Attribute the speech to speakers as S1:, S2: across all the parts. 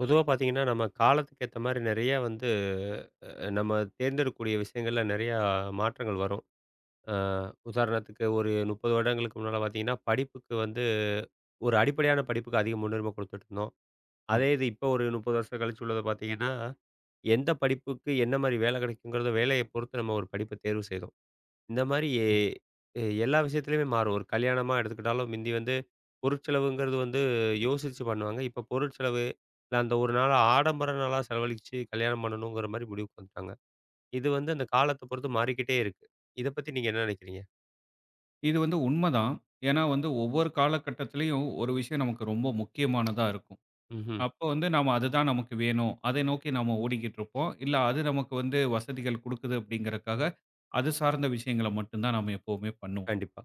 S1: பொதுவா பார்த்தீங்கன்னா, நம்ம காலத்துக்கு ஏத்த மாரி நெறைய வந்து நம்ம தேர்ந்தெடுக்கக்கூடிய விஷயங்கள்ல நெறையா மாற்றங்கள் வரும். அ உதாரணத்துக்கு ஒரு 30 வருடங்களுக்கு முன்னால பார்த்தீங்கன்னா, படிப்புக்கு வந்து ஒரு அடிப்படையான படிப்புக்கு அதிக முன்னுரிமை குடுத்துட்டுருந்தோம்.
S2: ஆமா.
S1: அதே இது இப்போ ஒரு 30 வருஷம் கழிச்சு உள்ளத பார்த்தீங்கன்னா, எந்த படிப்புக்கு என்ன மாரி வேலை கிடைக்குங்கிறத வேலைய பொறுத்து நம்ம ஒரு படிப்ப தேர்வு செய்றோம். இந்த மாரி
S2: ம்.
S1: எல்லா விஷயத்துலயுமே மாறும். ஒரு கல்யாணமா எடுத்துக்கிட்டாலும் மிந்தி வந்து பொருட்செலவுங்கிறது வந்து யோசிச்சு பண்ணுவாங்க. இப்ப பொருட்செலவு, இல்ல அந்த ஒரு நாள ஆடம்பர நாளா செலவழிச்சு கல்யாணம் பண்ணணுங்கிற மாரி முடிவுக்கு வந்துட்டாங்க. இது வந்து அந்த காலத்த பொறுத்து மாறிக்கிட்டே இருக்கு. இத பத்தி நீங்க என்ன நினைக்கிறீங்க?
S2: இது வந்து உண்மதான். ஏன்னா வந்து ஒவ்வொரு காலகட்டத்திலயும் ஒரு விஷயம் நமக்கு ரொம்ப முக்கியமானதா இருக்கும்.
S1: ம்ஹ்ம்.
S2: அப்போ வந்து நாம அதுதான் நமக்கு வேணும். அதை நோக்கி நாம ஓடிக்கிட்டு இருப்போம். இல்ல அது நமக்கு வந்து வசதிகள் குடுக்குது அப்படிங்கிறக்காக, அது சார்ந்த விஷயங்கள மட்டும் தான் நாம எப்பவுமே பண்ணுவோம்.
S1: கண்டிப்பா.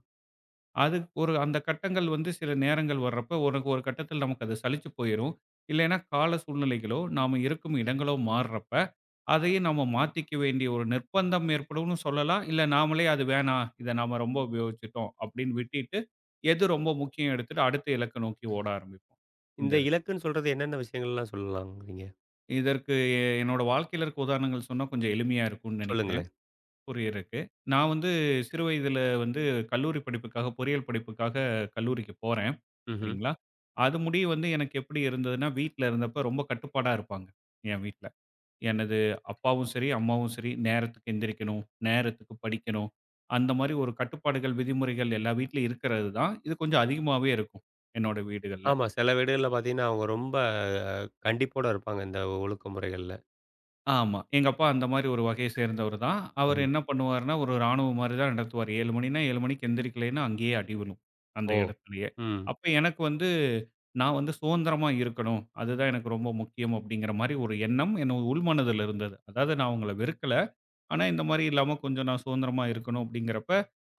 S2: அது ஒரு அந்த கட்டங்கள் வந்து சில நேரங்கள் வர்றப்ப உனக்கு ஒரு கட்டத்தில் நமக்கு அது சலிச்சு போயிரும். இல்லைன்னா கால சூழ்நிலைகளோ, நாம இருக்கும் இடங்களோ மாறுறப்ப, அதையும் நம்ம மாத்திக்க வேண்டிய ஒரு நிர்பந்தம் ஏற்படும்னு சொல்லலாம். இல்ல நாமளே அது வேணாம், இத நாம ரொம்ப உபயோகிச்சுட்டோம் அப்படின்னு விட்டுட்டு, எது ரொம்ப முக்கியம் எடுத்துட்டு அடுத்த இலக்க நோக்கி ஓட ஆரம்பிப்போம். இந்த
S1: இந்த
S2: இதுல.
S1: இலக்குன்னு சொல்றது என்னென்ன விஷயங்கள்லாம் சொல்லலாம்ங்கிறீங்க?
S2: இதற்கு என்னோட வாழ்க்கையில இருக்க உதாரணங்கள் சொன்னா கொஞ்சம் எளிமையா இருக்கும்னு நினைக்கிறேன்,
S1: சொல்லுங்களேன்.
S2: புரியறக்கு. நான் வந்து சிறு வயதில வந்து கல்லூரி படிப்புக்காக பொறியியல் படிப்புக்காக கல்லூரிக்கு போறேன்.
S1: ம்ஹ்ம்.
S2: சரிங்களா? அது முடிய வந்து எனக்கு எப்படி இருந்ததுன்னா, வீட்ல இருந்தப்ப ரொம்ப கட்டுப்பாடா இருப்பாங்க, என் வீட்ல. எனது அப்பாவும் சரி, அம்மாவும் சரி, நேரத்துக்கு எந்திரிக்கணும், நேரத்துக்கு படிக்கணும். அந்த மாரி ஒரு கட்டுப்பாடுகள், விதிமுறைகள் எல்லா வீட்லயும் இருக்கிறது தான். இது கொஞ்சம் அதிகமாவே இருக்கும், என்னோட வீடுகள்ல.
S1: ஆமா. சில வீடுகள்ல பார்த்தீங்கன்னா, அவங்க ரொம்ப கண்டிப்போட இருப்பாங்க இந்த ஒழுக்க முறைகள்ல.
S2: ஆமா. எங்க அப்பா அந்த மாரி ஒரு வகைய சேர்ந்தவர் தான். அவரு
S1: ம்.
S2: என்ன பண்ணுவாருன்னா, ஒரு ராணுவம் மாரி தான் நடத்துவாரு. 7 மணின்னா 7 மணிக்கு எந்திரிக்கலைன்னா அங்கேயே அடி விழும். அந்த
S1: ஓ!
S2: இடத்திலேயே.
S1: ம்.
S2: அப்ப எனக்கு வந்து நான் வந்து சுதந்திரமா இருக்கணும். அதுதான் எனக்கு ரொம்ப முக்கியம் அப்படிங்கிற மாரி ஒரு எண்ணம் என் உள்மனதில இருந்தது. அதாவது நான் அவங்கள வெறுக்கல. ஆனா, இந்த மாரி இல்லாம கொஞ்சம் நான் சுதந்திரமா இருக்கணும் அப்படிங்கிறப்ப,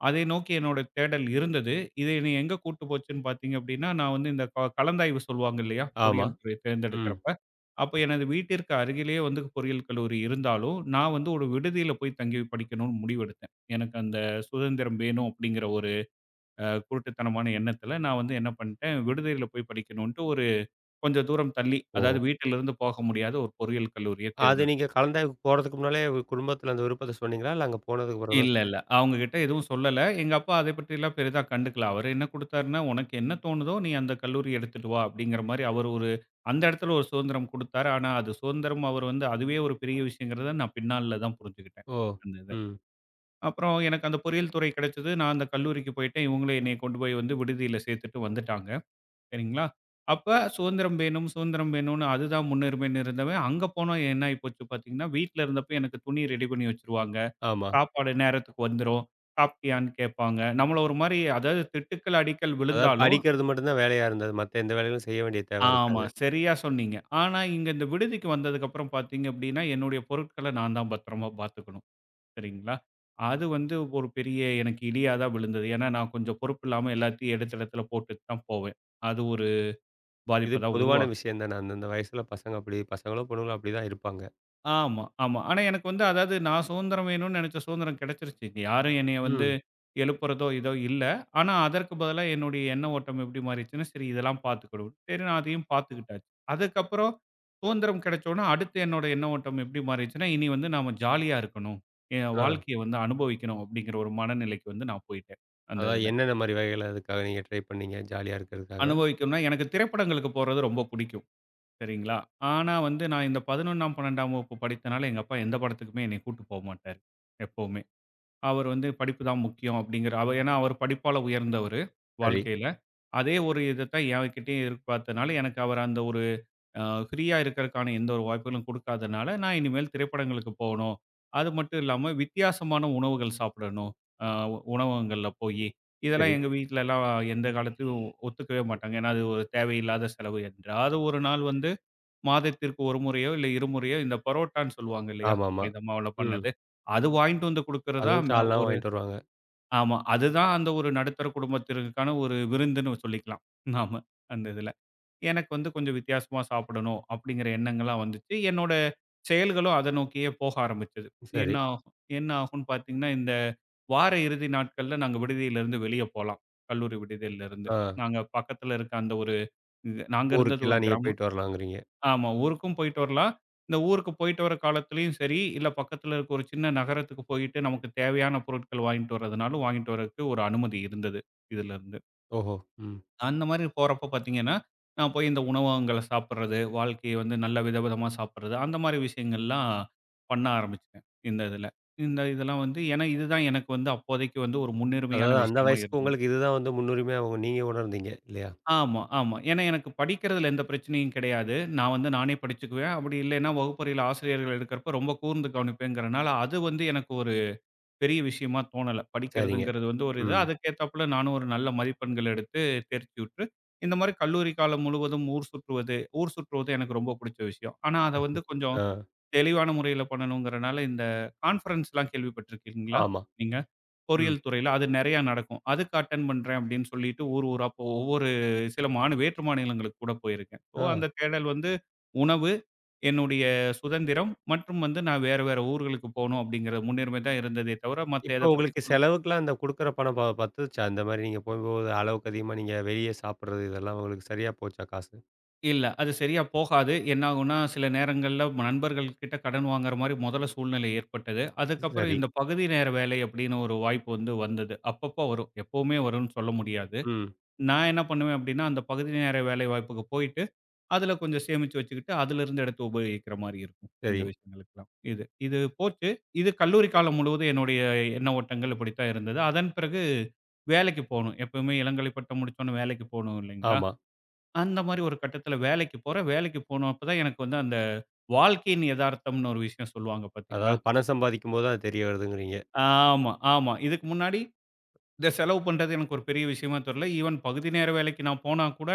S2: அதை நோக்கி என்னோட தேடல் இருந்தது. இது என்னை எங்க கூட்டு போச்சுன்னு பார்த்தீங்க அப்படின்னா, நான் வந்து இந்த கலந்தாய்வு சொல்லுவாங்க இல்லையா?
S1: ஆமா.
S2: பொறியியல் துறை
S1: ம்.
S2: தேர்ந்தெடுக்கிறப்ப, அப்ப எனது வீட்டிற்கு அருகிலேயே வந்து பொறியியல் கல்லூரி இருந்தாலும், நான் வந்து ஒரு விடுதியில போய் தங்கி படிக்கணும்னு முடிவெடுத்தேன். எனக்கு அந்த சுதந்திரம் வேணும் அப்படிங்கிற ஒரு குருட்டுத்தனமான எண்ணத்தில, நான் வந்து என்ன பண்ணிட்டேன், விடுதியில போய் படிக்கணுன்ட்டு ஒரு கொஞ்சம் தூரம் தள்ளி,
S1: ஓ!
S2: அதாவது வீட்டிலிருந்து போக முடியாத ஒரு பொறியியல் கல்லூரிய
S1: அது
S2: தேர்ந்தெடுத்தேன்.
S1: நீங்க கலந்தாய்வுக்கு போறதுக்கு முன்னாலே குடும்பத்தில அந்த விருப்பத்த சொன்னீங்களா? இல்ல அங்க போனதுக்கு பிறகு தான்
S2: இல்ல. அவங்க கிட்ட எதுவும் சொல்லல. எங்க அப்பா அதை பற்றிலாம் பெரிதா கண்டுக்கல. அவரு என்ன குடுத்தாருன்னா, "உனக்கு என்ன தோணுதோ நீ அந்த கல்லூரி எடுத்துட்டு வா" அப்படிங்கிற மாரி அவர் ஒரு அந்த இடத்துல ஒரு சுதந்திரம் குடுத்தாரு. ஆனா அது சுதந்திரம் அவர் வந்து அதுவே ஒரு பெரிய விஷயங்கிறத நான் பின்னால தான் புரிஞ்சுக்கிட்டேன்.
S1: ஓ!
S2: அந்த இத.
S1: ம்.
S2: அப்புறம் எனக்கு அந்த பொறியியல் துறை கிடைச்சது. நான் அந்த கல்லூரிக்கு போயிட்டேன். இவங்களே என்னைய கொண்டு போய் வந்து விடுதியில சேர்த்துட்டு வந்துட்டாங்க. சரிங்களா? அப்ப சுதந்திரம் வேணும், சுதந்திரம் வேணும்னு அதுதான் முன்னுரிமைன்னு இருந்தவன், அங்க போனா என்ன ஆயி போச்சு பார்த்தீங்கன்னா, வீட்ல இருந்தப்ப எனக்கு துணி ரெடி பண்ணி வச்சுருவாங்க.
S1: ஆமா.
S2: சாப்பாடு நேரத்துக்கு வந்துரும். சாப்பிட்டியான்னு கேட்பாங்க. நம்மள ஒரு மாரி அதாவது திட்டுக்கள், அடிக்கல்
S1: அதாவது
S2: விழுந்தாலும்
S1: படிக்கிறது மட்டும் தான் வேலையா இருந்தது. மத்த எந்த வேலைகளும் செய்ய வேண்டிய தேவை
S2: ஆமா,
S1: இருக்காது.
S2: சரியா சொன்னீங்க. ஆனா, இங்க இந்த விடுதிக்கு வந்ததுக்கப்புறம் பார்த்தீங்க அப்படின்னா, என்னுடைய பொருட்கள நான் தான் பத்திரமா பார்த்துக்கணும். சரிங்களா? அது வந்து ஒரு பெரிய எனக்கு இடியா தான் விழுந்தது. ஏன்னா, நான் கொஞ்சம் பொறுப்பில்லாம எல்லாத்தையும் எடுத்த இடத்துல போட்டுட்டு தான் போவேன். அது ஒரு
S1: இது
S2: பாதிப்ப தான்
S1: பொதுவான
S2: உருவாக்கும்.
S1: விஷயம் தானே. அந்தந்த வயசுல பசங்க அப்படி பசங்களோ, பொண்ணுங்களோ அப்படி தான் இருப்பாங்க.
S2: ஆமா, ஆமா. ஆனா, எனக்கு வந்து அதாவது நான் சுதந்திரம் வேணும்னு நெனைச்ச சுதந்திரம் கெடைச்சிருச்சு. யாரும் என்னைய வந்து
S1: ம்.
S2: எழுப்புறதோ, இதோ இல்ல. ஆனா, அதற்கு பதிலா என்னுடைய எண்ண ஓட்டம் எப்படி மாறிச்சுன்னா, சரி இதெல்லாம் பார்த்துக்கிடுவோம். சரி நான் அதையும் பார்த்துக்கிட்டாச்சு. அதுக்கப்புறம் சுதந்திரம் கிடைச்சோன, அடுத்து என்னோட எண்ண ஓட்டம் எப்படி மாறிச்சுன்னா, இனி வந்து நாம ஜாலியா இருக்கணும். என்
S1: ஆ.
S2: வாழ்க்கைய வந்து அனுபவிக்கணும் அப்படிங்கிற ஒரு மனநிலைக்கு வந்து நான் போயிட்டேன். அந்த
S1: அதாவது
S2: இதுல.
S1: என்னென்ன மாரி வகைகள் அதுக்காக நீங்க ட்ரை பண்ணீங்க? ஜாலியா இருக்கிறதுக்காக.
S2: அனுபவிக்கணும்னா எனக்கு திரைப்படங்களுக்கு போறது ரொம்ப பிடிக்கும். சரிங்களா? ஆனா வந்து நான் இந்த 11ஆம், 12ஆம் வகுப்பு படித்தனால எங்க அப்பா எந்த படத்துக்குமே என்னைய கூட்டு போமாட்டாரு. எப்பவுமே. அவர் வந்து படிப்பு தான் முக்கியம் அப்படிங்கிற அவ ஏன்னா அவர் படிப்பால உயர்ந்தவரு
S1: சரி,
S2: வாழ்க்கையில. அதே ஒரு இதத்தான் என்கிட்டயும் எதிர்பார்த்தனால, எனக்கு அவர் அந்த ஒரு அ ஃப்ரீயா இருக்கறக்கான எந்த ஒரு வாய்ப்புகளும் குடுக்காதனால, நான் இனிமேல் திரைப்படங்களுக்கு போணும். அது மட்டும் இல்லாம வித்தியாசமான உணவுகள் சாப்பிடணும். அ உணவகங்கள்ல போயி. இதெல்லாம்
S1: சரி.
S2: எங்க வீட்லலாம் எந்த காலத்திலும் ஒத்துக்கவே மாட்டாங்க. ஏன்னா அது ஒரு தேவையில்லாத செலவு என்றாவது ஒரு நாள் வந்து மாதத்திற்கு 1 முறையோ, இல்ல 2 முறையோ இந்த பரோட்டான்னு சொல்லுவாங்க இல்லையா?
S1: ஆமாமா.
S2: மைதா மாவுல
S1: ம்.
S2: பண்ணது. அது வாங்கிட்டு வந்து குடுக்கறதா
S1: அதுவும் சால்னாவும்
S2: ஒரு
S1: வாங்கிட்டு வருவாங்க.
S2: ஆமா. அதுதான் அந்த ஒரு நடுத்தர குடும்பத்தினருக்கான ஒரு விருந்துன்னு சொல்லிக்கலாம். நாம அந்த இதுல. எனக்கு வந்து கொஞ்சம் வித்தியாசமா சாப்பிடணும் அப்படிங்கிற எண்ணங்கள்லாம் வந்துச்சு. என்னோட செயல்களும் அத நோக்கியே போக ஆரம்பிச்சது. என்ன
S1: சரி.
S2: ஆகும் என்ன ஆகும்ன்னு பார்த்தீங்கன்னா, இந்த வார இறுதி நாட்கள்ல நாங்க விடுதியிலிருந்து வெளிய போலாம். கல்லூரி விடுதியிலிருந்து.
S1: ஆ.
S2: நாங்க பக்கத்துல இருக்க அந்த ஒரு நாங்க இருந்தது ஒரு
S1: ஊருக்கெல்லாம் நீங்க
S2: கிராமம்.
S1: போயிட்டு வரலாங்கிறீங்க.
S2: ஆமா. ஊருக்கும் போயிட்டு வரலாம். இந்த ஊருக்கு போயிட்டு வர காலத்துலயும் சரி, இல்ல பக்கத்துல இருக்க ஒரு சின்ன நகரத்துக்கு போயிட்டு நமக்கு தேவையான பொருட்கள் வாங்கிட்டு வரதுனாலும், வாங்கிட்டு வரதுக்கு ஒரு அனுமதி இருந்தது, இதுலருந்து.
S1: ஓஹோ! ம்.
S2: அந்த மாரி போறப்ப பார்த்தீங்கன்னா, நான் போய் இந்த உணவகங்கள சாப்பிடுறது, வாழ்க்கைய வந்து நல்ல விதவிதமா சாப்பிடுறது, அந்த மாரி விஷயங்கள்லாம் பண்ண ஆரம்பிச்சேன், இந்த இதுல. இந்த இதெல்லாம் வந்து ஏன்னா இதுதான் எனக்கு வந்து அப்போதைக்கு வந்து ஒரு முன்னுரிமையான
S1: அதாவது அந்த
S2: விஷயமா
S1: வயசுக்கு
S2: இருந்தது.
S1: உங்களுக்கு இதுதான் வந்து முன்னுரிமையா உங்க நீங்க உணர்ந்தீங்க இல்லையா?
S2: ஆமா, ஆமா. ஏன்னா எனக்கு படிக்கிறதுல எந்த பிரச்சனையும் கிடையாது. நான் வந்து நானே படிச்சுக்குவேன். அப்படி இல்லைன்னா வகுப்பறையில ஆசிரியர்கள் இருக்கிறப்ப ரொம்ப கூர்ந்து கவனிப்பேங்கிறனால, அது வந்து எனக்கு ஒரு பெரிய விஷயமா தோணல.
S1: சரிங்க.
S2: படிக்கிறதுங்கிறது வந்து ஒரு இது.
S1: ம்.
S2: அதுக்கேத்தாப்புல நானும் ஒரு நல்ல மதிப்பெண்கள் எடுத்து தேர்ச்சியுற்று, இந்த மாரி கல்லூரி காலம் முழுவதும் ஊர் சுற்றுவது ஊர் சுற்றுவது எனக்கு ரொம்ப புடிச்ச விஷயம். ஆனா, அத வந்து கொஞ்சம்
S1: ஆ.
S2: தெளிவான முறையில பண்ணணுங்கிறனால, இந்த கான்ஃபரன்ஸ்லாம் கேள்விப்பட்டிருக்கீங்களா
S1: ஆமா.
S2: நீங்க?
S1: ம்.
S2: பொறியியல் துறையில அது நெறையா நடக்கும். அதுக்கு அட்டெண்ட் பண்றேன் அப்படின்னு சொல்லிட்டு ஊர் ஊரா போ ஒவ்வொரு சில மாநி வேற்று மாநிலங்களுக்கு கூட போயிருக்கேன். ஸோ
S1: ஆ.
S2: அந்த தேடல் வந்து உணவு, என்னுடைய சுதந்திரம் மற்றும் வந்து நான் வேற வேற ஊர்களுக்கு போணும் அப்படிங்கிற முன்னுரிமை தான் இருந்ததே தவிர மத்த எத
S1: இப்போ
S2: பத்தி
S1: உங்களுக்கு
S2: கூட
S1: செலவுக்குலாம் அந்த குடுக்குற பணம் பத்துச்சா? இந்த மாரி நீங்க போகும்போது அளவுக்கு அதிகமா நீங்க வெளிய சாப்பிடுறது இதெல்லாம் உங்களுக்கு சரியா போச்சா காசு?
S2: இல்ல. அது சரியா போகாது. என்ன ஆகும்னா சில நேரங்கள்ல நண்பர்கள் கிட்ட கடன் வாங்குற மாரி முதல்ல சூழ்நிலை ஏற்பட்டது. அதுக்கப்புறம்
S1: சரி.
S2: இந்த பகுதி நேர வேலை அப்படின்னு ஒரு வாய்ப்பு வந்து வந்தது. அப்பப்போ வரும். எப்பவுமே வரும்னு சொல்ல முடியாது.
S1: ம்.
S2: நான் என்ன பண்ணுவேன் அப்படின்னா அந்த பகுதி நேர வேலை வாய்ப்புக்கு போயிட்டு அதுல கொஞ்சம் சேமிச்சு வச்சுக்கிட்டு, அதுலருந்து எடுத்து உபயோகிக்கிற மாரி இருக்கும். இந்த
S1: சரி.
S2: விஷயங்களுக்கெல்லாம். இது இது போச்சு. இது கல்லூரி காலம் முழுவதும் என்னுடைய எண்ண ஓட்டங்கள் இப்படித்தான் இருந்தது. அதன் பிறகு வேலைக்கு போணும். எப்பவுமே இளங்கலை பட்டம் முடிச்சோனே வேலைக்கு போணும் இல்லைங்களா?
S1: ஆமா.
S2: அந்த மாரி ஒரு கட்டத்துல வேலைக்கு போறேன். வேலைக்கு போனப்ப தான் எனக்கு வந்து அந்த வாழ்க்கையின் எதார்த்தம்னு ஒரு விஷயம் சொல்லுவாங்க பார்த்தீங்களா?
S1: அதாவது பணம் சம்பாதிக்கும்போது தான் அது தெரிய வருதுங்கிறீங்க.
S2: ஆமா, ஆமா. இதுக்கு முன்னாடி இந்த செலவு பண்றது எனக்கு ஒரு பெரிய விஷயமா தெரியல. ஈவன் பகுதி நேர வேலைக்கு நான் போனா கூட,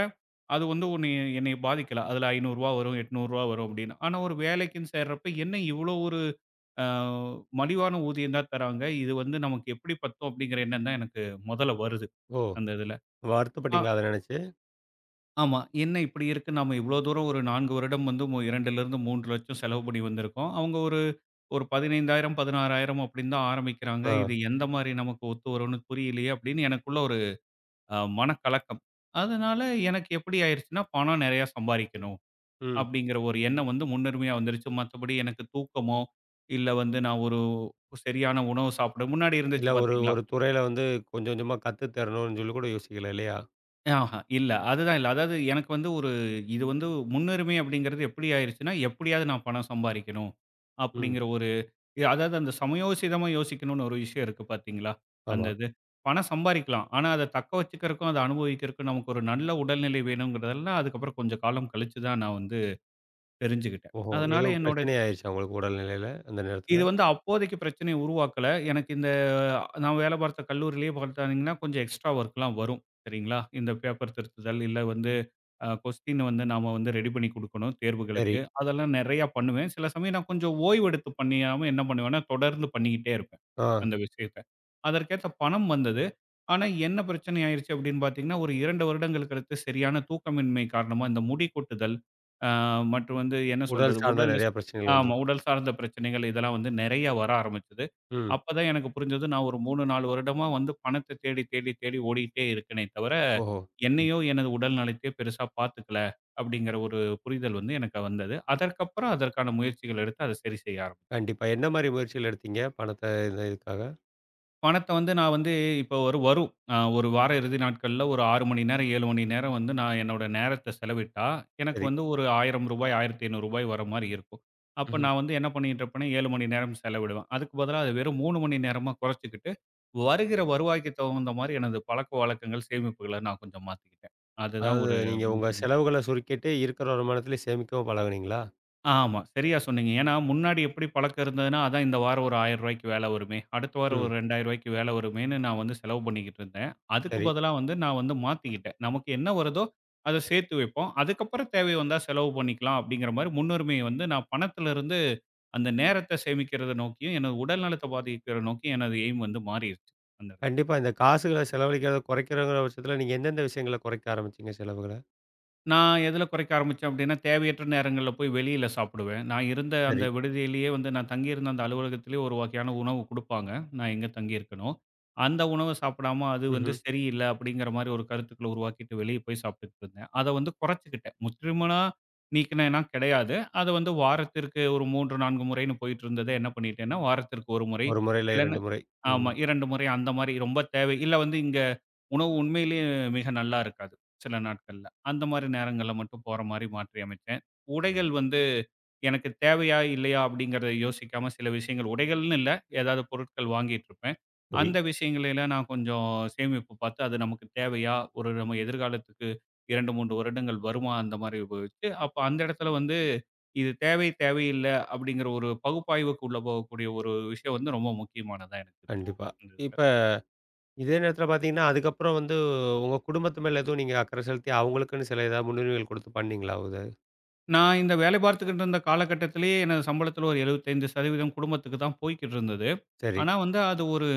S2: அது வந்து ஒண்ணு என்னைய பாதிக்கல. அதில ரூ. 500 வரும், ரூ. 800 வரும் அப்படின்னு. ஆனா ஒரு வேலைக்குன்னு சேர்றப்ப, என்ன இவ்வளோ ஒரு அ மலிவான ஊதியம் தான் தராங்க. இது வந்து நமக்கு எப்படி பத்தும் அப்படிங்கிற எண்ணம் தான் எனக்கு முதல்ல வருது,
S1: ஓ!
S2: அந்த இதில. ஆ
S1: வருத்தப்பட்டீங்களா அத நெனச்சு?
S2: ஆமா. என்ன இப்படி இருக்கு? நாம இவ்வளோ தூரம் ஒரு 4 வருடம் வந்து 2லிருந்து 3 லட்சம் செலவு பண்ணி வந்திருக்கோம். அவங்க ஒரு ஒரு 15,000, 16,000 அப்படின்னு தான் ஆரம்பிக்கிறாங்க.
S1: ஆ.
S2: இது எந்த மாரி நமக்கு ஒத்து வரும்னு புரியலையே அப்படின்னு எனக்குள்ள ஒரு மனக்கலக்கம். அதனால எனக்கு எப்படி ஆயிருச்சுன்னா, பணம் நெறையா சம்பாரிக்கணும்
S1: ம்.
S2: அப்படிங்கிற ஒரு எண்ணம் வந்து முன்னுரிமையா வந்துருச்சு. மத்தபடி எனக்கு தூக்கமோ, இல்ல வந்து நான் ஒரு சரியான உணவு சாப்பிட முன்னாடி
S1: இல்ல
S2: இருந்துச்சு
S1: ஒரு
S2: பார்த்தீங்களா?
S1: ஒரு துறையில வந்து கொஞ்சம் கொஞ்சமா கத்து தரணும்னு சொல்லி கூட யோசிக்கல இல்லையா?
S2: ஆஹா இல்ல. அதுதான் இல்ல. அதாவது எனக்கு வந்து ஒரு இது வந்து முன்னுரிமை அப்படிங்கிறது எப்படி ஆயிருச்சுன்னா, எப்படியாவது நான் பணம் சம்பாரிக்கணும்
S1: ம்.
S2: அப்படிங்கிற ஒரு இது அதாவது அந்த சமயோசிதமா யோசிக்கணும்னு ஒரு விஷயம் இருக்கு பார்த்தீங்களா? அந்த
S1: ஆமா.
S2: இது. பணம் சம்பாரிக்கலாம். ஆனா அத தக்க வச்சுக்கிறக்கும், அத அனுபவிக்கிறக்கும் நமக்கு ஒரு நல்ல உடல்நிலை வேணுங்கிறதெல்லாம் அதுக்கப்புறம் கொஞ்சம் காலம் கழிச்சு தான் நான் வந்து தெரிஞ்சுக்கிட்டேன்.
S1: ஓஹோ!
S2: அதனால
S1: எதுவும்
S2: என்னோட
S1: பிரச்சனை ஆயிருச்சா உங்களுக்கு உடல்நிலையில அந்த நேரத்துல?
S2: இது வந்து அப்போதைக்கு பிரச்சனைய உருவாக்கல. எனக்கு இந்த நான் வேலை பார்த்த கல்லூரியிலேயே பார்த்தாங்கன்னா, கொஞ்சம் எக்ஸ்ட்ரா ஒர்க்லாம் வரும். சரிங்களா? இந்த பேப்பர் திருத்துதல், இல்ல வந்து கொஸ்டின் வந்து நாம வந்து ரெடி பண்ணி குடுக்கணும்
S1: சரி.
S2: தேர்வுகளுக்கு. அதெல்லாம் நெறையா பண்ணுவேன். சில சமயம் நான் கொஞ்சம் ஓய்வெடுத்து பண்ணியாம என்ன பண்ணுவேன்னா, தொடர்ந்து பண்ணிக்கிட்டே இருப்பேன்.
S1: ஆ.
S2: அந்த விஷயத்த. அதற்கேத்த பணம் வந்தது. ஆனா என்ன பிரச்சனை ஆயிருச்சு அப்படின்னு பார்த்தீங்கன்னா, ஒரு 2 வருடங்களுக்கு அடுத்து சரியான தூக்கமின்மை காரணமா இந்த முடி கொட்டுதல், அ மற்றும் வந்து என்ன
S1: உடல்
S2: சொல்றது
S1: சார்ந்த
S2: உடல்ல
S1: நெறையா பிரச்சனைகள்
S2: ஆமா
S1: வந்திருக்கு.
S2: உடல் சார்ந்த பிரச்சனைகள் இதெல்லாம் வந்து நெறையா வர ஆரம்பிச்சது.
S1: ம்.
S2: அப்பதான் எனக்கு புரிஞ்சது நான் ஒரு 3, 4 வருடமா வந்து பணத்த தேடி, தேடி, தேடி ஓடிக்கிட்டே இருக்கேனே தவிர
S1: ஓஹோ! ம்.
S2: என்னையோ, எனது உடல் நலத்தையோ பெருசா பார்த்துக்கல அப்படிங்கிற ஒரு புரிதல் வந்து எனக்கு வந்தது. அதற்கப்புறம் அதற்கான முயற்சிகள் எடுத்து அதை சரி செய்ய ஆரம்பிச்சேன்.
S1: கண்டிப்பா. என்ன மாரி முயற்சிகள் எடுத்தீங்க? பணத்த இந்த இதுக்காக?
S2: பணத்த வந்து நான் வந்து இப்போ ஒரு வரும். ஒரு வார இறுதி நாட்கள்ல ஒரு 6 மணி நேரம், 7 மணி நேரம் வந்து நான் என்னோட நேரத்த செலவிட்டா, எனக்கு
S1: சரி.
S2: வந்து ஒரு ரூ. 1000, ரூ. 1500 வர மாரி இருக்கும். அப்ப
S1: ம்ஹ்ம்.
S2: நான் வந்து என்ன பண்ணிட்டு இருப்பேன்னா, 7 மணி நேரம் செலவிடுவேன். அதுக்கு பதிலா அது வெறும் 3 மணி நேரமா குறைச்சுக்கிட்டு, வருகிற வருவாய்க்கு தகுந்த மாரி எனது பழக்கவழக்கங்கள், சேமிப்புகள நான் கொஞ்சம் மாத்திக்கிட்டேன். அதுதான்
S1: அதாவது
S2: ஒரு
S1: நீங்க உங்க செலவுகள சுருக்கிட்டு இருக்கிற வருமானத்திலே சேமிக்கவும் பழகுனீங்களா?
S2: ஆமா. சரியா சொன்னீங்க. ஏன்னா, முன்னாடி எப்படி பழக்கம் இருந்ததுன்னா, அதான் இந்த வாரம் ஒரு ரூ. 1000க்கு வேலை வருமே, அடுத்த வாரம்
S1: ம்.
S2: ஒரு ரூ. 2000க்கு வேலை வருமேன்னு நான் வந்து செலவு பண்ணிக்கிட்டு இருந்தேன். அதுக்கு
S1: சரி.
S2: பதிலா வந்து நான் வந்து மாத்திக்கிட்டேன். நமக்கு என்ன வருதோ அத சேர்த்து வைப்போம். அதுக்கப்புறம் தேவை வந்தா செலவு பண்ணிக்கலாம் அப்படிங்கிற மாரி முன்னுரிமைய வந்து நான் பணத்திலிருந்து அந்த நேரத்த சேமிக்கிறத நோக்கியும், எனது உடல் நலத்த பாதிக்கிற நோக்கியும் எனது எய்ம் வந்து மாறிருச்சு அந்த இடத்துல.
S1: கண்டிப்பா இந்த காசுகள செலவழிக்கிறத குறைக்கிறங்கிற பட்சத்தில நீங்க எந்தெந்த விஷயங்கள குறைக்க ஆரம்பிச்சீங்க செலவுகள?
S2: நான் எதுல குறைக்க ஆரம்பிச்சேன் அப்டின்னா, தேவையற்ற நேரங்கள்ல போய் வெளியில சாப்பிடுவேன். நான் இருந்த அந்த
S1: சரி.
S2: விடுதியிலேயே வந்து நான் தங்கியிருந்த அந்த அலுவலகத்திலேயே ஒரு வகையான உணவு குடுப்பாங்க. நான் எங்க தங்கியிருக்கனோ. அந்த உணவ சாப்பிடாம அது வந்து
S1: ம்ஹ்ம்.
S2: சரியில்ல அப்டிங்கிற மாரி ஒரு கருத்துக்கள உருவாக்கிட்டு வெளிய போய் சாப்பிட்டுட்டு இருந்தேன். அத வந்து குறைச்சுக்கிட்டேன். முற்றிலுமா நீக்கினேன்னா கிடையாது. அது வந்து வாரத்திற்கு ஒரு 3, 4 முறைன்னு போயிட்டு இருந்தத என்ன பண்ணிட்டேன்னா, வாரத்திற்கு 1 முறை
S1: 1 முறை இல்ல
S2: இல்லன்னா
S1: 2 முறை.
S2: ஆமா
S1: ம்.
S2: 2 முறை அந்த மாரி ரொம்ப தேவை இல்ல வந்து இங்க உணவு உண்மையிலேயே மிக நல்லா இருக்காது. சில நாட்கள்ல. அந்த மாரி நேரங்கள்ல மட்டும் போற மாரி மாற்றி அமைச்சேன். உடைகள் வந்து எனக்கு தேவையா? இல்லையா? அப்படிங்கிறத யோசிக்காம சில விஷயங்கள் உடைகள்னு இல்ல, ஏதாவது பொருட்கள் வாங்கிட்டுருப்பேன்.
S1: சரி.
S2: அந்த விஷயங்களைலாம் நான் கொஞ்சம் சேமிப்பு பார்த்து, அது நமக்கு தேவையா? ஒரு நம்ம எதிர்காலத்துக்கு 2, 3 வருடங்கள் வருமா? அந்த மாரி உபயோகிச்சு, அப்ப அந்த இடத்துல வந்து இது தேவை, தேவையில்ல அப்படிங்கிற ஒரு பகுப்பாய்வுக்கு உள்ள போகக்கூடிய ஒரு விஷயம் வந்து ரொம்ப முக்கியமானதா எனக்கு இருந்தது.
S1: கண்டிப்பா.
S2: இந்த இதுல.
S1: இப்ப இதே நேரத்தில பார்த்தீங்கன்னா, அதுக்கப்புறம் வந்து உங்க குடும்பத்து மேல எதுவும் நீங்க அக்கறை செலுத்தி அவங்களுக்குன்னு சில ஏதாவது முன்னுரிமைகள் குடுத்து பண்ணீங்களா?
S2: நான் இந்த வேலை பார்த்துக்கிட்டு இருந்த காலகட்டத்திலேயே எனது சம்பளத்துல ஒரு 75% குடும்பத்துக்கு தான் போய்க்கிட்டு இருந்தது.
S1: சரி.
S2: ஆனா வந்து அது ஒரு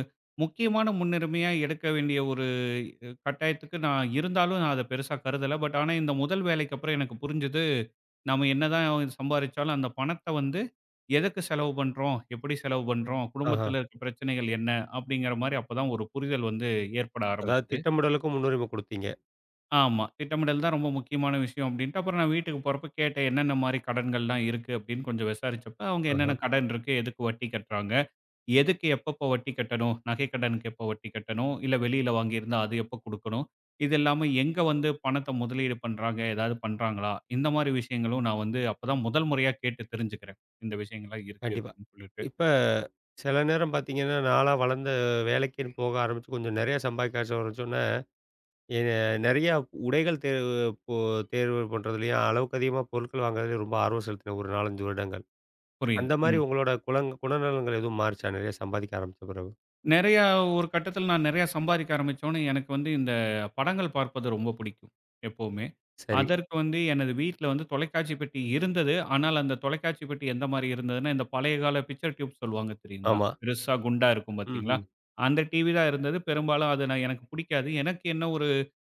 S2: முக்கியமான முன்னுரிமையா எடுக்க வேண்டிய ஒரு கட்டாயத்துக்கு நான் இருந்தாலும் நான் அத பெருசா கருதல. ஆனா இந்த முதல் வேலைக்கு அப்புறம் எனக்கு புரிஞ்சது, நம்ம என்னதான் சம்பாரிச்சாலும் அந்த பணத்த வந்து எதுக்கு செலவு பண்றோம்? எப்படி செலவு பண்றோம்?
S1: ஆஹா.
S2: குடும்பத்துல இருக்க பிரச்சனைகள் என்ன? அப்படிங்கிற மாரி அப்பதான் ஒரு புரிதல் வந்து ஏற்பட
S1: அதாவது
S2: ஆரம்பிச்சது.
S1: திட்டமிடலுக்கும் முன்னுரிமை குடுத்தீங்க.
S2: ஆமா. திட்டமிடல் தான் ரொம்ப முக்கியமான விஷயம் அப்படின்ட்டு, அப்புறம் நான் வீட்டுக்கு போறப்ப கேட்டேன். என்னென்ன மாரி கடன்கள்லாம் இருக்கு அப்படின்னு கொஞ்சம் விசாரிச்சப்ப, அவங்க என்னென்ன
S1: ஆஹ.
S2: கடன் இருக்கு, எதுக்கு வட்டி கட்டுறாங்க, எதுக்கு எப்பப்போ வட்டி கட்டணும், நகை கடனுக்கு எப்போ வட்டி கட்டணும், இல்ல வெளியில வாங்கியிருந்தா அது எப்போ குடுக்கணும், இது இல்லாம எங்க வந்து பணத்த முதலீடு பண்றாங்க, ஏதாவது பண்றாங்களா, இந்த மாரி விஷயங்களும் நான் வந்து அப்பதான் முதல் முறையா கேட்டு தெரிஞ்சுக்கிறேன். இந்த விஷயங்கள்லாம் இருக்கு
S1: கண்டிப்பா.
S2: அப்படின்னு சொல்லிட்டு.
S1: இப்ப சில நேரம் பார்த்தீங்கன்னா, நான்லாம் வளர்ந்த வேலைக்குன்னு போக ஆரம்பிச்சு கொஞ்சம் நெறைய சம்பாதிக்க ஆரம்பிச்சோன்னே, எ நெறைய உடைகள் தேர்வு இப்போ தேர்வு பண்றதுலயும், அளவுக்கு அதிகமா பொருட்கள் வாங்குறதுலயும் ரொம்ப ஆர்வம் செலுத்தினேன் ஒரு 4, 5 வருடங்கள்.
S2: புரியுது.
S1: அந்த மாரி
S2: ம்.
S1: உங்களோட குணநலன்கள் எதுவும் மாறுச்சா? நெறைய சம்பாதிக்க ஆரம்பிச்ச பிறகு?
S2: நெறையா ஒரு கட்டத்தில நான் நெறையா சம்பாதிக்க ஆரம்பிச்சோனே, எனக்கு வந்து இந்த படங்கள் பார்ப்பது ரொம்ப பிடிக்கும், எப்பவுமே.
S1: சரி.
S2: அதற்கு வந்து எனது வீட்ல வந்து தொலைக்காட்சி பெட்டி இருந்தது. ஆனால் அந்த தொலைக்காட்சி பெட்டி எந்த மாரி இருந்ததுன்னா, இந்த பழைய கால பிக்சர் டியூப் சொல்லுவாங்க தெரியுங்களா?
S1: ஆமா.
S2: பெருசா குண்டா இருக்கும் பார்த்தீங்களா?
S1: ம்ஹ்ம்.
S2: அந்த டிவி தான் இருந்தது. பெரும்பாலும் அது நான் எனக்கு பிடிக்காது. எனக்கு என்ன ஒரு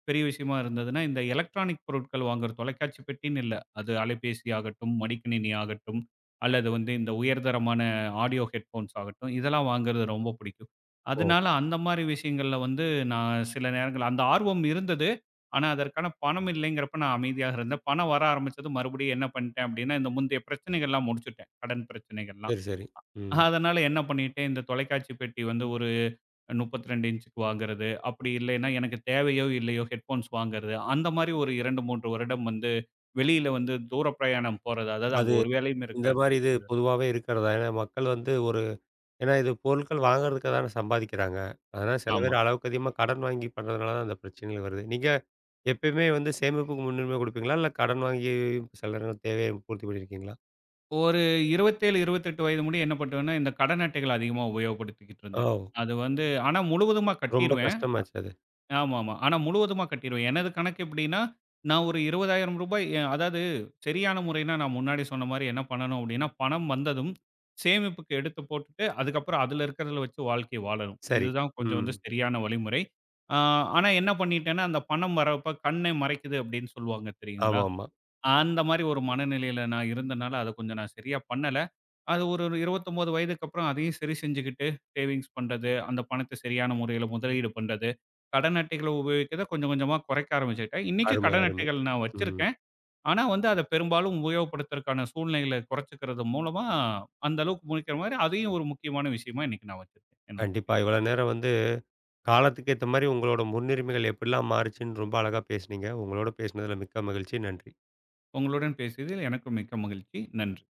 S2: பெரிய விஷயமா இருந்ததுன்னா, இந்த எலக்ட்ரானிக் பொருட்கள் வாங்குற தொலைக்காட்சி பெட்டின்னு இல்ல. அது அலைபேசி ஆகட்டும், மடிக்கணினி ஆகட்டும், அல்லது வந்து இந்த உயர்தரமான ஆடியோ ஹெட்ஃபோன்ஸ் ஆகட்டும், இதெல்லாம் வாங்குறது ரொம்ப பிடிக்கும்.
S1: ஓ!
S2: அதனால அந்த மாரி விஷயங்கள்ல வந்து நான் சில நேரங்கள் அந்த ஆர்வம் இருந்தது. ஆனா, அதற்கான பணம் இல்லைங்கிறப்ப நான் அமைதியாக இருந்தேன். பணம் வர ஆரம்பிச்சதும் மறுபடியும் என்ன பண்ணிட்டேன் அப்டின்னா, இந்த முந்தைய பிரச்சனைகள்லாம் முடிச்சுட்டேன். கடன் பிரச்சனைகள்லாம்.
S1: சரி, சரி. ம்.
S2: அதனால என்ன பண்ணிட்டேன், இந்த தொலைக்காட்சி பெட்டி வந்து ஒரு 32 இன்ச்சுக்கு வாங்குறது. அப்டி இல்லைன்னா எனக்கு தேவையோ இல்லையோ ஹெட்ஃபோன்ஸ் வாங்குறது. அந்த மாரி ஒரு 2, 3 வருடம் வந்து வெளியில வந்து தூர பிரயாணம் போறது. அதாவது அங்க
S1: அது
S2: ஒரு வேலையும்
S1: இந்த
S2: இருக்காது.
S1: மாரி இது பொதுவாவே இருக்கிறதா? ஏன்னா மக்கள் வந்து ஒரு ஏன்னா இது பொருட்கள் வாங்குறதுக்கு தானே சம்பாதிக்கிறாங்க. அதனால சில
S2: ஆமா.
S1: பேர் அளவுக்கு அதிகமா கடன் வாங்கி பண்றதுனால தான் அந்த பிரச்சனைகள் வருது. நீங்க எப்பயுமே வந்து சேமிப்புக்கு முன்னுரிமை குடுப்பீங்களா? இல்ல கடன் வாங்கி சில நேரம் தேவைய பூர்த்தி பண்ணியிருக்கீங்களா?
S2: ஒரு 27, 28 வயது முடிய என்ன பண்ணுவேன்னா, இந்த கடன் அட்டைகள் அதிகமா உபயோகப்படுத்திக்கிட்டு இருந்தேன்.
S1: ஓ!
S2: அது வந்து ஆனா முழுவதுமா
S1: ரொம்ப
S2: கட்டிருவேன்.
S1: கஷ்டமாச்சு அது.
S2: ஆமா, ஆமா. ஆனா முழுவதுமா கட்டிருவேன். எனது கணக்கு எப்படின்னா, நான் ஒரு ரூ. 20,000 அதாவது சரியான முறைன்னா நான் முன்னாடி சொன்ன மாரி என்ன பண்ணணும் அப்படின்னா, பணம் வந்ததும் சேமிப்புக்கு எடுத்து போட்டுட்டு, அதுக்கப்புறம் அதுல இருக்கிறதுல வச்சு வாழ்க்கை வாழணும்.
S1: சரி.
S2: இதுதான் கொஞ்சம்
S1: ம்.
S2: வந்து சரியான வழிமுறை. ஆ ஆனா என்ன பண்ணிட்டேன்னா, அந்த பணம் வரப்ப கண்ணை மறைக்குது அப்படின்னு சொல்லுவாங்க தெரியுங்களா?
S1: ஆமாமா.
S2: அந்த மாரி ஒரு மனநிலையில நான் இருந்தனால, அத கொஞ்சம் நான் சரியா பண்ணல. அது ஒரு 29 வயதுக்கு அப்புறம் அதையும் சரி செஞ்சுகிட்டு, சேவிங்ஸ் பண்றது, அந்த பணத்த சரியான முறையில முதலீடு பண்றது, கடன் அட்டைகள உபயோகிக்கிறத கொஞ்சம் கொஞ்சமா குறைக்க ஆரம்பிச்சுக்கிட்டேன். இன்னைக்கு
S1: அருமை,
S2: கடன்
S1: அருமை.
S2: அட்டைகள் நான்
S1: ம்.
S2: வச்சிருக்கேன். ஆனா வந்து அத பெரும்பாலும் உபயோகப்படுத்துறதுக்கான சூழ்நிலைகள குறைச்சுக்கிறது மூலமா, அந்த அளவுக்கு முடிக்கிற மாரி அதையும் ஒரு முக்கியமான விஷயமா இன்னைக்கு நான் வச்சிருக்கேன். என்னோட
S1: கண்டிப்பா.
S2: புரிதல்.
S1: இவ்வளோ நேரம் வந்து காலத்துக்கு ஏத்த மாரி உங்களோட முன்னுரிமைகள் எப்படிலாம் மாறுச்சுன்னு ரொம்ப அழகா பேசுனீங்க. உங்களோட பேசினதுல மிக்க மகிழ்ச்சி. நன்றி.
S2: உங்களுடன் பேசியதில் எனக்கும் மிக்க மகிழ்ச்சி. நன்றி.